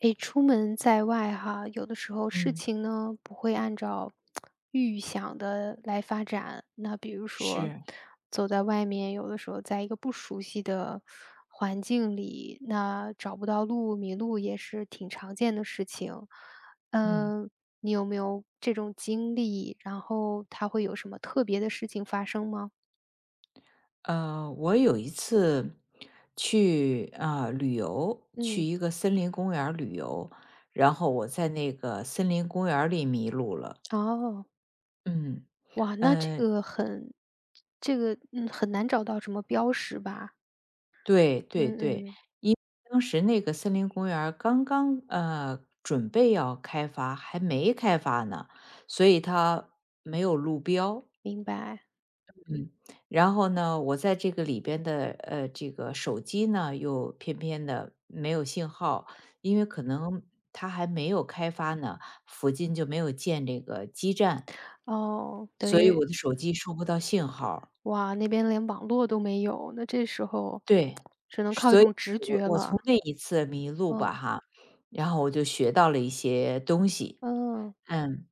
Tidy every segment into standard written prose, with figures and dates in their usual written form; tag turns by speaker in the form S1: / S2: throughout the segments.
S1: 诶，出门在外哈，有的时候事
S2: 嗯，
S1: 情呢不会按照预想的来发展。那比如说，
S2: 是，
S1: 走在外面，有的时候在一个不熟悉的环境里，那找不到路、迷路也是挺常见的事情。
S2: 嗯。
S1: 嗯，你有没有这种经历？然后它会有什么特别的事情发生吗？
S2: 我有一次去啊、旅游，去
S1: 嗯，
S2: 一个森林公园儿旅游，然后我在那个森林公园儿里迷路了。
S1: 哦，
S2: 嗯，
S1: 哇，那这
S2: 呃，
S1: 个很，这个很难找到什么标识吧？
S2: 对对
S1: 嗯
S2: 对，
S1: 嗯。
S2: 因为当时那个森林公园儿刚刚准备要开发，还没开发呢，所以它没有路标。
S1: 明白，
S2: 嗯，然后呢，我在这个里边的这个手机呢，又偏偏的没有信号，因为可能它还没有开发呢，附近就没有建这个基站，
S1: 哦，等
S2: 所以我
S1: 于
S2: 的手机收不到信号。
S1: 哇，那边连网络都没有，那这时候
S2: 对，
S1: 只能靠一
S2: 所以
S1: 种直
S2: 我
S1: 觉
S2: 我从
S1: 了。
S2: 那一次迷路吧
S1: 嗯
S2: 哈，然后我就学到了一些东西。
S1: 嗯
S2: 嗯，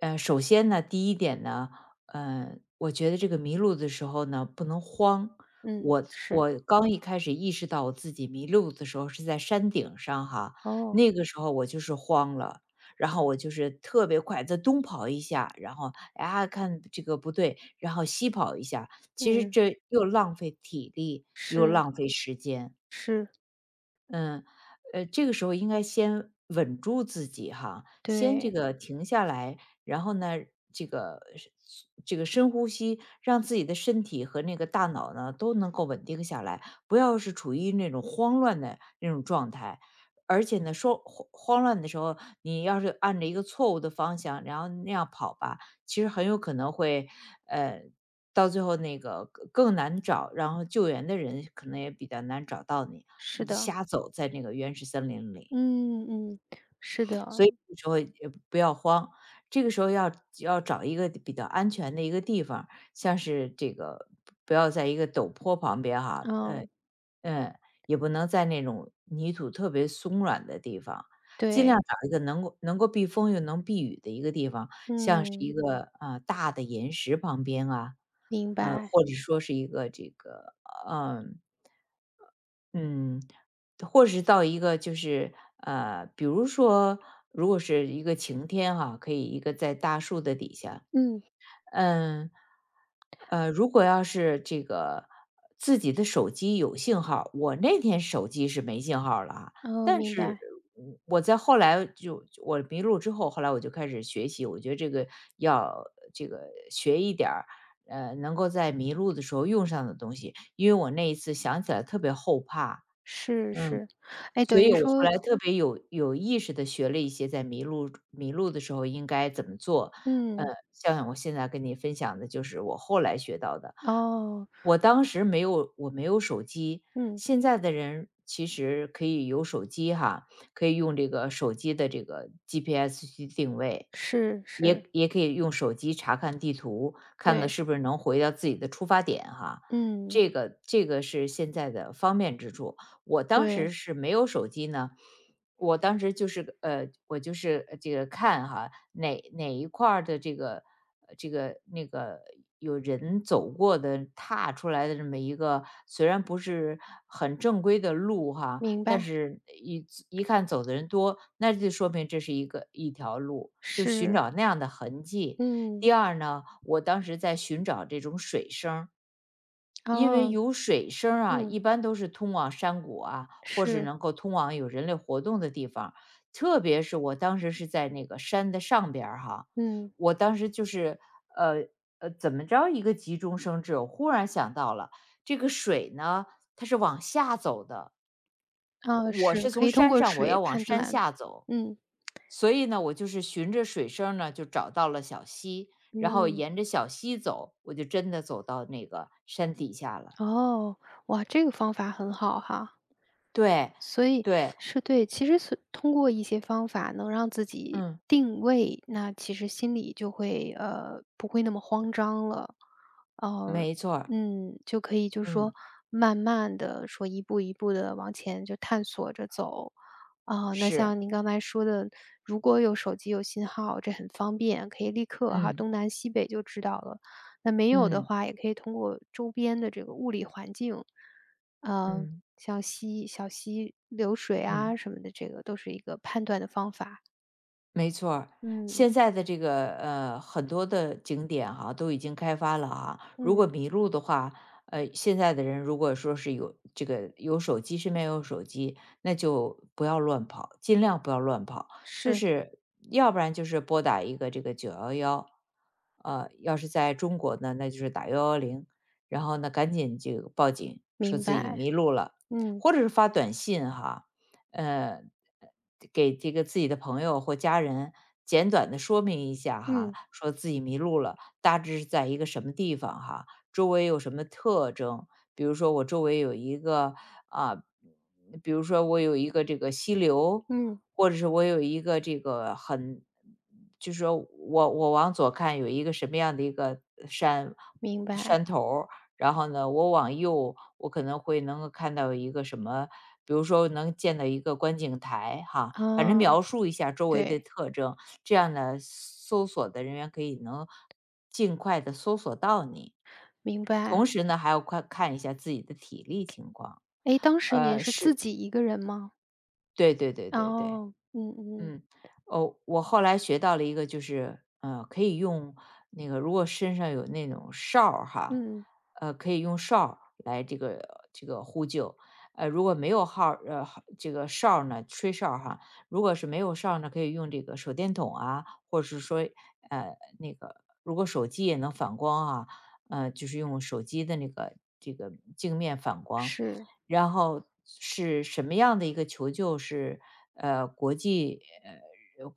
S2: 首先呢，第一点呢，我觉得这个迷路的时候呢，不能慌。
S1: 嗯，
S2: 我
S1: 是，
S2: 我刚一开始意识到我自己迷路的时候是在山顶上哈，
S1: 哦，
S2: 那个时候我就是慌了，然后我就是特别快的东跑一下，然后啊看这个不对，然后西跑一下，其实
S1: 嗯，
S2: 这又浪费体力，又
S1: 是
S2: 浪费时间。
S1: 是，
S2: 嗯，这个时候应该先稳住自己哈，先这
S1: 对，
S2: 个停下来，然后呢，这个是这个深呼吸，让自己的身体和那个大脑呢都能够稳定下来，不要是处于那种慌乱的那种状态。而且呢，说慌乱的时候，你要是按着一个错误的方向，然后那样跑吧，其实很有可能会，呃，到最后那个更难找，然后救援的人可能也比较难找到你。
S1: 是的，
S2: 瞎走在那个原始森林里，
S1: 嗯嗯，是的，
S2: 所以这时候也不要慌，这个时候要找一个比较安全的一个地方，像是这个不要在一个陡坡旁边哈，
S1: 嗯，
S2: 嗯，也不能在那种泥土特别松软的地方，尽量
S1: 对，
S2: 找一个能够避风又能避雨的一个地方，像是
S1: 嗯，
S2: 一个啊、大的岩石旁边啊。
S1: 明白，
S2: 或者说是一个这个嗯、呃嗯，或是到一个就是比如说，如果是一个晴天哈、可以一个在大树的底下。
S1: 嗯，
S2: 嗯，如果要是这个自己的手机有信号，我那天手机是没信号了啊。
S1: 哦，
S2: 但嗯
S1: 明
S2: 是
S1: 白，
S2: 我在后来就我迷路之后，后来我就开始学习，我觉得这个要这个学一点儿。能够在迷路的时候用上的东西，因为我那一次想起来特别后怕，
S1: 是是，哎，
S2: 所
S1: 等
S2: 以
S1: 于
S2: 我后
S1: 说，
S2: 来特别有意识的学了一些在迷路的时候应该怎么做。呃，
S1: 嗯，
S2: 像我现在跟你分享的就是我后来学到的。
S1: 哦，
S2: 我没有手机，
S1: 嗯，
S2: 现在的人其实可以有手机哈，可以用这个手机的这个 GPS 去定位，
S1: 是是，
S2: 也可以用手机查看地图，看看
S1: 对，
S2: 是不是能回到自己的出发点哈。
S1: 嗯，
S2: 这个是现在的方便之处。我当时
S1: 对，
S2: 是没有手机呢，我当时就是我就是这个看哈，哪一块儿的这个这个那个有人走过的踏出来的这么一个，虽然不是很正规的路哈，
S1: 明
S2: 但
S1: 白。
S2: 是一看走的人多，那就说明这是一条路，就寻
S1: 是，
S2: 找那样的痕迹。第
S1: 嗯，
S2: 二呢，我当时在寻找这种水声儿，因为
S1: 哦，
S2: 有水声儿啊，
S1: 嗯，
S2: 一般都是通往山谷啊，或是
S1: 是，
S2: 能够通往有人类活动的地方。特别是我当时是在那个山的上边儿哈，
S1: 嗯，
S2: 我当时就是呃怎么着一个急中生智，我忽然想到了这个水呢，它是往下走的，
S1: 哦，
S2: 我
S1: 是，
S2: 是
S1: 可
S2: 从
S1: 以通
S2: 山
S1: 过
S2: 上我要
S1: 水
S2: 往
S1: 判
S2: 山
S1: 断，
S2: 下走，
S1: 嗯，
S2: 所以呢，我就是循着水声儿呢就找到了小溪，然后
S1: 嗯，
S2: 沿着小溪走，我就真的走到那个山底下了。
S1: 哦，哇，这个方法很好哈。
S2: 对，
S1: 所以
S2: 对，
S1: 是对，其实是通过一些方法能让自己
S2: 嗯，
S1: 定位，那其实心里就会不会那么慌张了，呃，
S2: 没错儿，
S1: 嗯，就可以就是说
S2: 嗯，
S1: 慢慢的说一步一步的往前就探索着走，啊、那
S2: 是，
S1: 像您刚才说的，如果有手机有信号，这很方便，可以立刻哈
S2: 嗯，
S1: 东南西北就知道了。那没有的
S2: 嗯，
S1: 话，也可以通过周边的这个物理环境，呃，
S2: 嗯，
S1: 像小溪流水
S2: 嗯。
S1: 啊什么的，这个都是一个判断的方法。
S2: 没错儿。
S1: 嗯，
S2: 现在的这个很多的景点哈、都已经开发了啊。如果
S1: 嗯，
S2: 迷路的话，现在的人如果说是有这个有手机，身边有手机，那就不要乱跑，尽量不要乱跑。就
S1: 是，
S2: 是要不然就是拨打一个这个九幺幺，要是在中国呢，那就是打幺幺零，然后呢赶紧就报警，说
S1: 明
S2: 自己
S1: 白。
S2: 迷路了。
S1: 嗯，
S2: 或者是发短信哈、呃，给这个自己的朋友或家人简短的说明一下哈，
S1: 嗯，
S2: 说自己迷路了，大致是在一个什么地方哈，周围有什么特征。比如说我周围有一个啊，比如说我有一个这个溪流，
S1: 嗯，
S2: 或者是我有一个这个很，就是说我往左看有一个什么样的一个山
S1: 明白。
S2: 山头儿。然后呢，我往右，我可能会能够看到一个什么，比如说能见到一个观景台哈，反正
S1: 啊，
S2: 描述一下周围的
S1: 对，
S2: 特征，这样呢，搜索的人员能尽快的搜索到你。
S1: 明
S2: 同
S1: 白。
S2: 时呢，还要快看一下自己的体力情况。
S1: 诶，当时您是自
S2: 是，
S1: 己一个人吗？
S2: 对对对对对。
S1: 哦，嗯嗯，
S2: 嗯，哦，我后来学到了一个，就是可以用那个，如果身上有那种哨儿哈，
S1: 嗯，
S2: 可以用哨儿来这个呼救。如果没有号儿呃号这个哨儿呢，吹哨儿哈，如果是没有哨儿呢，可以用这个手电筒啊，或者是说那个，如果手机也能反光啊，就是用手机的那个这个镜面反光。
S1: 是，
S2: 然后是什么样的一个求救是呃国际呃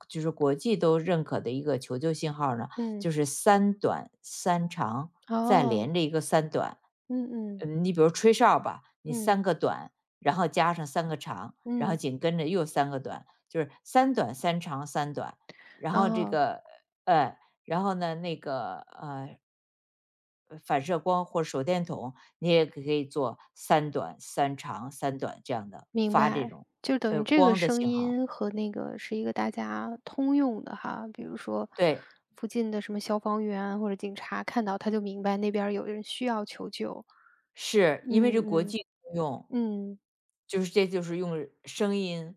S2: 就是国际都认可的一个求救信号呢？
S1: 嗯，
S2: 就是三短三长再
S1: 哦，
S2: 连着一个三短。
S1: 嗯嗯，
S2: 嗯，你比如吹哨儿吧，你
S1: 嗯，
S2: 三个短，然后加上三个长，然后
S1: 嗯，
S2: 紧跟着又三个短，就是三短三长三短。然后这
S1: 哦。
S2: 个呃，然后呢那个反射光或手电筒你也可以做三短、三长、三短这样的，
S1: 明
S2: 发这
S1: 白，
S2: 种，
S1: 就等于这个
S2: 光的
S1: 声
S2: 信号。
S1: 音和那个是一个大家通用的哈，比如说
S2: 对，
S1: 附近的什么消防员或者警察看到，他就明白那边儿有人需要求救。
S2: 是，因为这国
S1: 嗯嗯
S2: 际通用，
S1: 嗯
S2: 就是这就是用声音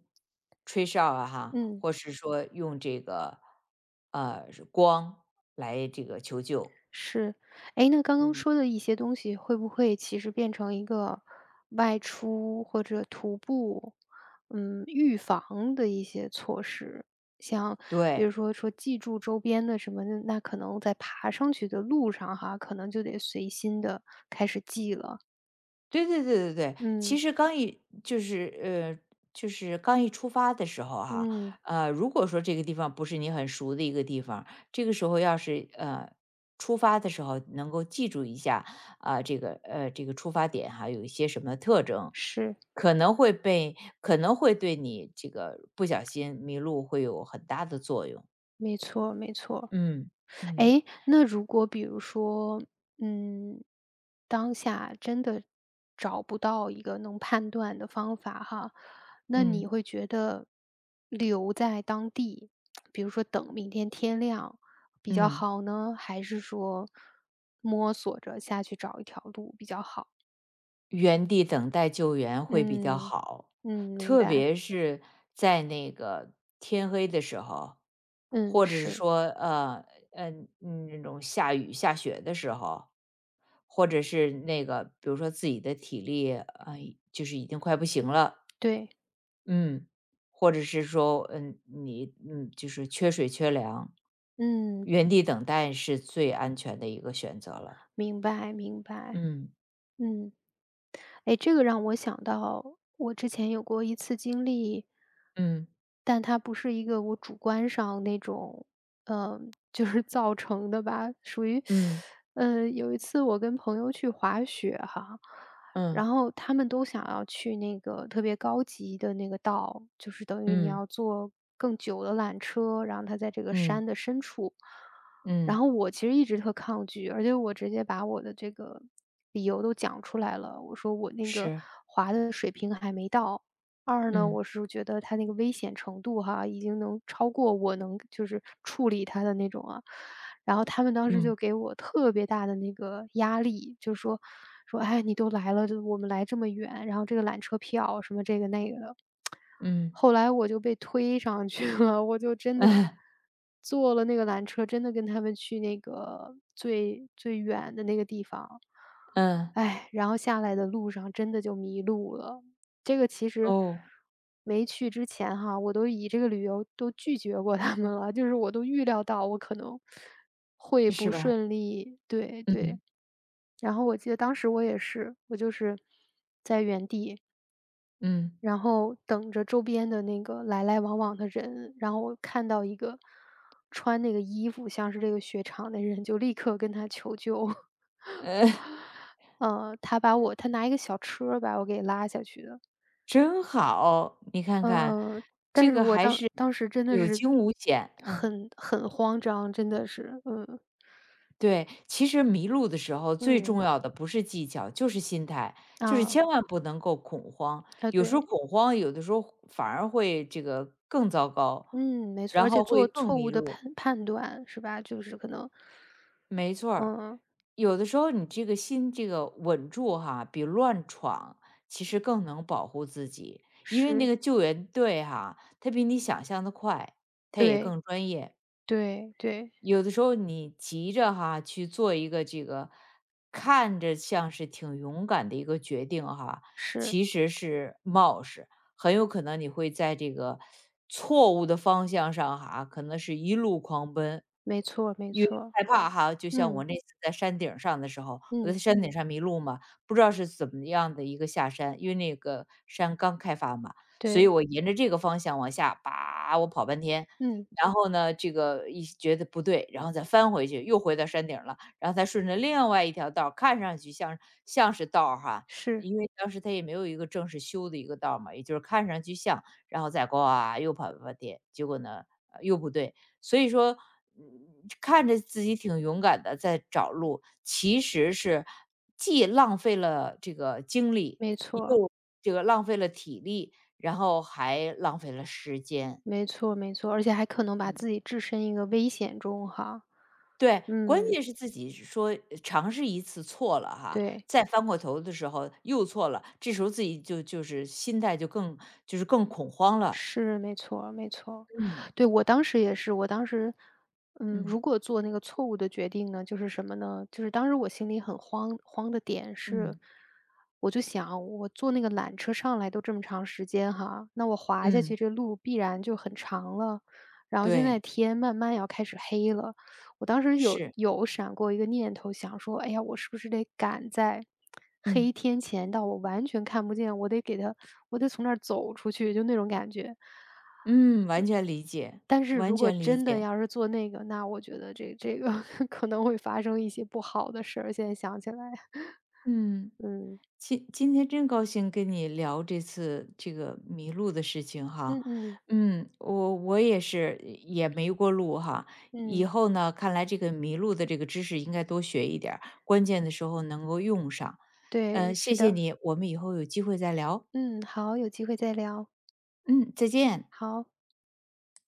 S2: 吹哨啊哈，
S1: 嗯。
S2: 或是说用这个，光来这个求救。
S1: 是，哎，那刚刚
S2: 嗯。
S1: 说的一些东西，会不会其实变成一个外出或者徒步，预防的一些措施？像比如
S2: 对。
S1: 说记住周边的什么的，那可能在爬上去的路上哈，可能就得随心的开始记了。
S2: 对对对对对，其
S1: 嗯，
S2: 实刚一就是就是刚一出发的时候哈、
S1: 嗯，
S2: 如果说这个地方不是你很熟的一个地方，这个时候要是出发的时候能够记住一下啊、这个出发点哈、有一些什么特征，
S1: 是，
S2: 可能会被可能会对你这个不小心迷路会有很大的作用。
S1: 没错没错。
S2: 嗯嗯
S1: 诶，那如果比如说，嗯，当下真的找不到一个能判断的方法哈，那你
S2: 嗯。
S1: 会觉得留在当地，比如说等明天天亮比较
S2: 嗯，
S1: 好呢，还是说摸索着下去找一条路比较好？
S2: 原地等待救援会比较
S1: 嗯，
S2: 好，
S1: 嗯，明
S2: 特
S1: 白，
S2: 别是在那个天黑的时候，
S1: 嗯，
S2: 或者是
S1: 是，
S2: 说，呃，那种下雨下雪的时候，或者是那个，比如说自己的体力，就是已经快不行了，
S1: 对，
S2: 嗯，或者是说，你，就是缺水缺粮，
S1: 嗯，
S2: 原地等待是最安全的一个选择了。
S1: 明白明白，
S2: 嗯
S1: 嗯。哎，这个让我想到我之前有过一次经历，
S2: 嗯
S1: 但它不是一个我主观上那种，就是造成的吧，属于，
S2: 嗯
S1: 有一次我跟朋友去滑雪哈，
S2: 嗯
S1: 然后他们都想要去那个特别高级的那个道，就是等于你
S2: 嗯
S1: 要坐更久的缆车，然后它在这个
S2: 嗯。
S1: 山的深处，然
S2: 嗯，
S1: 后我其实一直特抗拒，而且我直接把我的这个理由都讲出来了，我说我那个
S2: 是，
S1: 滑的水平还没到。二呢，
S2: 嗯，
S1: 我是觉得他那个危险程度哈，已经能超过我能就是处理他的那种啊。然后他们当时
S2: 嗯，
S1: 就给我特别大的那个压力，就说，哎，你都来了，就我们来这么远，然后这个缆车票什么这个那个的，
S2: 嗯，
S1: 后来我就被推上去了，我就真 的
S2: 嗯，
S1: 坐了那个缆车，真的跟他们去那个最最远的那个地方。
S2: 嗯。
S1: 哎，然后下来的路上真的就迷路了。这个其实
S2: 哦，
S1: 没去之前哈，我都以这个理由都拒绝过他们了，就是我都预料到我可能会
S2: 是
S1: 不
S2: 吧？
S1: 顺利，对对。
S2: 嗯，
S1: 然后我记得当时我也是，我就是在原地
S2: 嗯，
S1: 然后等着周边的那个来来往往的人，然后我看到一个穿那个衣服像是这个雪场的人，就立刻跟他求救。
S2: 呃，
S1: 呃，他把我他拿一个小车把我给拉下去的。
S2: 真好，你看看，
S1: 嗯嗯，但
S2: 这
S1: 是
S2: 个
S1: 我
S2: 还
S1: 当
S2: 是
S1: 当时真的
S2: 有
S1: 是
S2: 惊无险。嗯，
S1: 很慌张，真的是，嗯
S2: 对，其实迷路的时候最
S1: 嗯，
S2: 重要的不是技巧，就是心态，就是
S1: 啊
S2: 千万不能够恐慌，
S1: 啊，
S2: 有时
S1: 对，
S2: 候恐慌，有的时候反而会这个更糟糕，
S1: 嗯，没错，
S2: 然
S1: 而
S2: 后
S1: 且
S2: 会
S1: 做
S2: 更
S1: 错误
S2: 迷
S1: 的
S2: 路。
S1: 判断是吧？就是可能，
S2: 没错儿，
S1: 嗯，
S2: 有的时候你这个心这个稳住哈，比乱闯其实更能保护自己，因为那
S1: 是，
S2: 个救援队哈，他比你想象的快，他也
S1: 对
S2: 更专业。
S1: 对对，
S2: 有的时候你急着哈去做一个这个看着像是挺勇敢的一个决定哈，
S1: 是，
S2: 其实是冒失，很有可能你会在这个错误的方向上哈，可能是一路狂奔，
S1: 没错没
S2: 因为
S1: 错。
S2: 害怕哈。就像我
S1: 嗯，
S2: 那次在山顶儿上的时候，我在
S1: 嗯，
S2: 山顶上迷路嘛，不知道是怎么样的一个下山，因为那个山刚开发嘛，所以
S1: 对，
S2: 我沿着这个方向往下，叭，我跑半天，
S1: 嗯，
S2: 然后呢，这个一觉得不对，然后再翻回去，又回到山顶了，然后再顺着另外一条道儿看上去像是道儿哈，
S1: 是，
S2: 因为当时它也没有一个正式修的一个道儿嘛，也就是看上去像，然后再呱又跑点，结果呢，又不对，所以说，嗯看着自己挺勇敢的在找路，其实是既浪费了这个精力，
S1: 没错，
S2: 又这个浪费了体力，然后还浪费了时间。
S1: 没错没错，而且还可能把自己置身一个危险中哈，
S2: 对，关
S1: 嗯，
S2: 键是自己说尝试一次错了哈，
S1: 对。
S2: 再翻过头的时候又错了，这时候自己就是心态就更恐慌了。
S1: 是，没错没错。
S2: 嗯
S1: 对，我当时也是，我当时，
S2: 嗯
S1: 如果做那个错误的决定呢，就是什么呢？就是当时我心里很慌慌的点是，
S2: 嗯
S1: 我就想，我坐那个缆车上来都这么长时间哈，那我滑下去
S2: 嗯，
S1: 这路必然就很长了，然后现在
S2: 对，
S1: 天慢慢要开始黑了，我当时有
S2: 是，
S1: 有闪过一个念头，想说："哎呀，我是不是得赶在黑
S2: 嗯
S1: 天前到我完全看不见，我得给他，我得从那儿走出去。"就那种感觉。
S2: 嗯，完全理解，
S1: 但是
S2: 完
S1: 如果
S2: 全理
S1: 真的
S2: 解，
S1: 要是做那个，那我觉得这个 可能会发生一些不好的事儿，现在想起来。
S2: 嗯。
S1: 嗯，
S2: 今天真高兴跟你聊这次这个迷路的事情哈。
S1: 嗯嗯，
S2: 嗯，我也是也没过路哈，以
S1: 嗯，
S2: 后呢，看来这个迷路的这个知识应该多学一点儿，关键的时候能够用上。
S1: 对，
S2: 嗯，谢
S1: 是
S2: 谢
S1: 的。
S2: 你，我们以后有机会再聊。
S1: 嗯，好，有机会再聊，
S2: 嗯，再见。
S1: 好。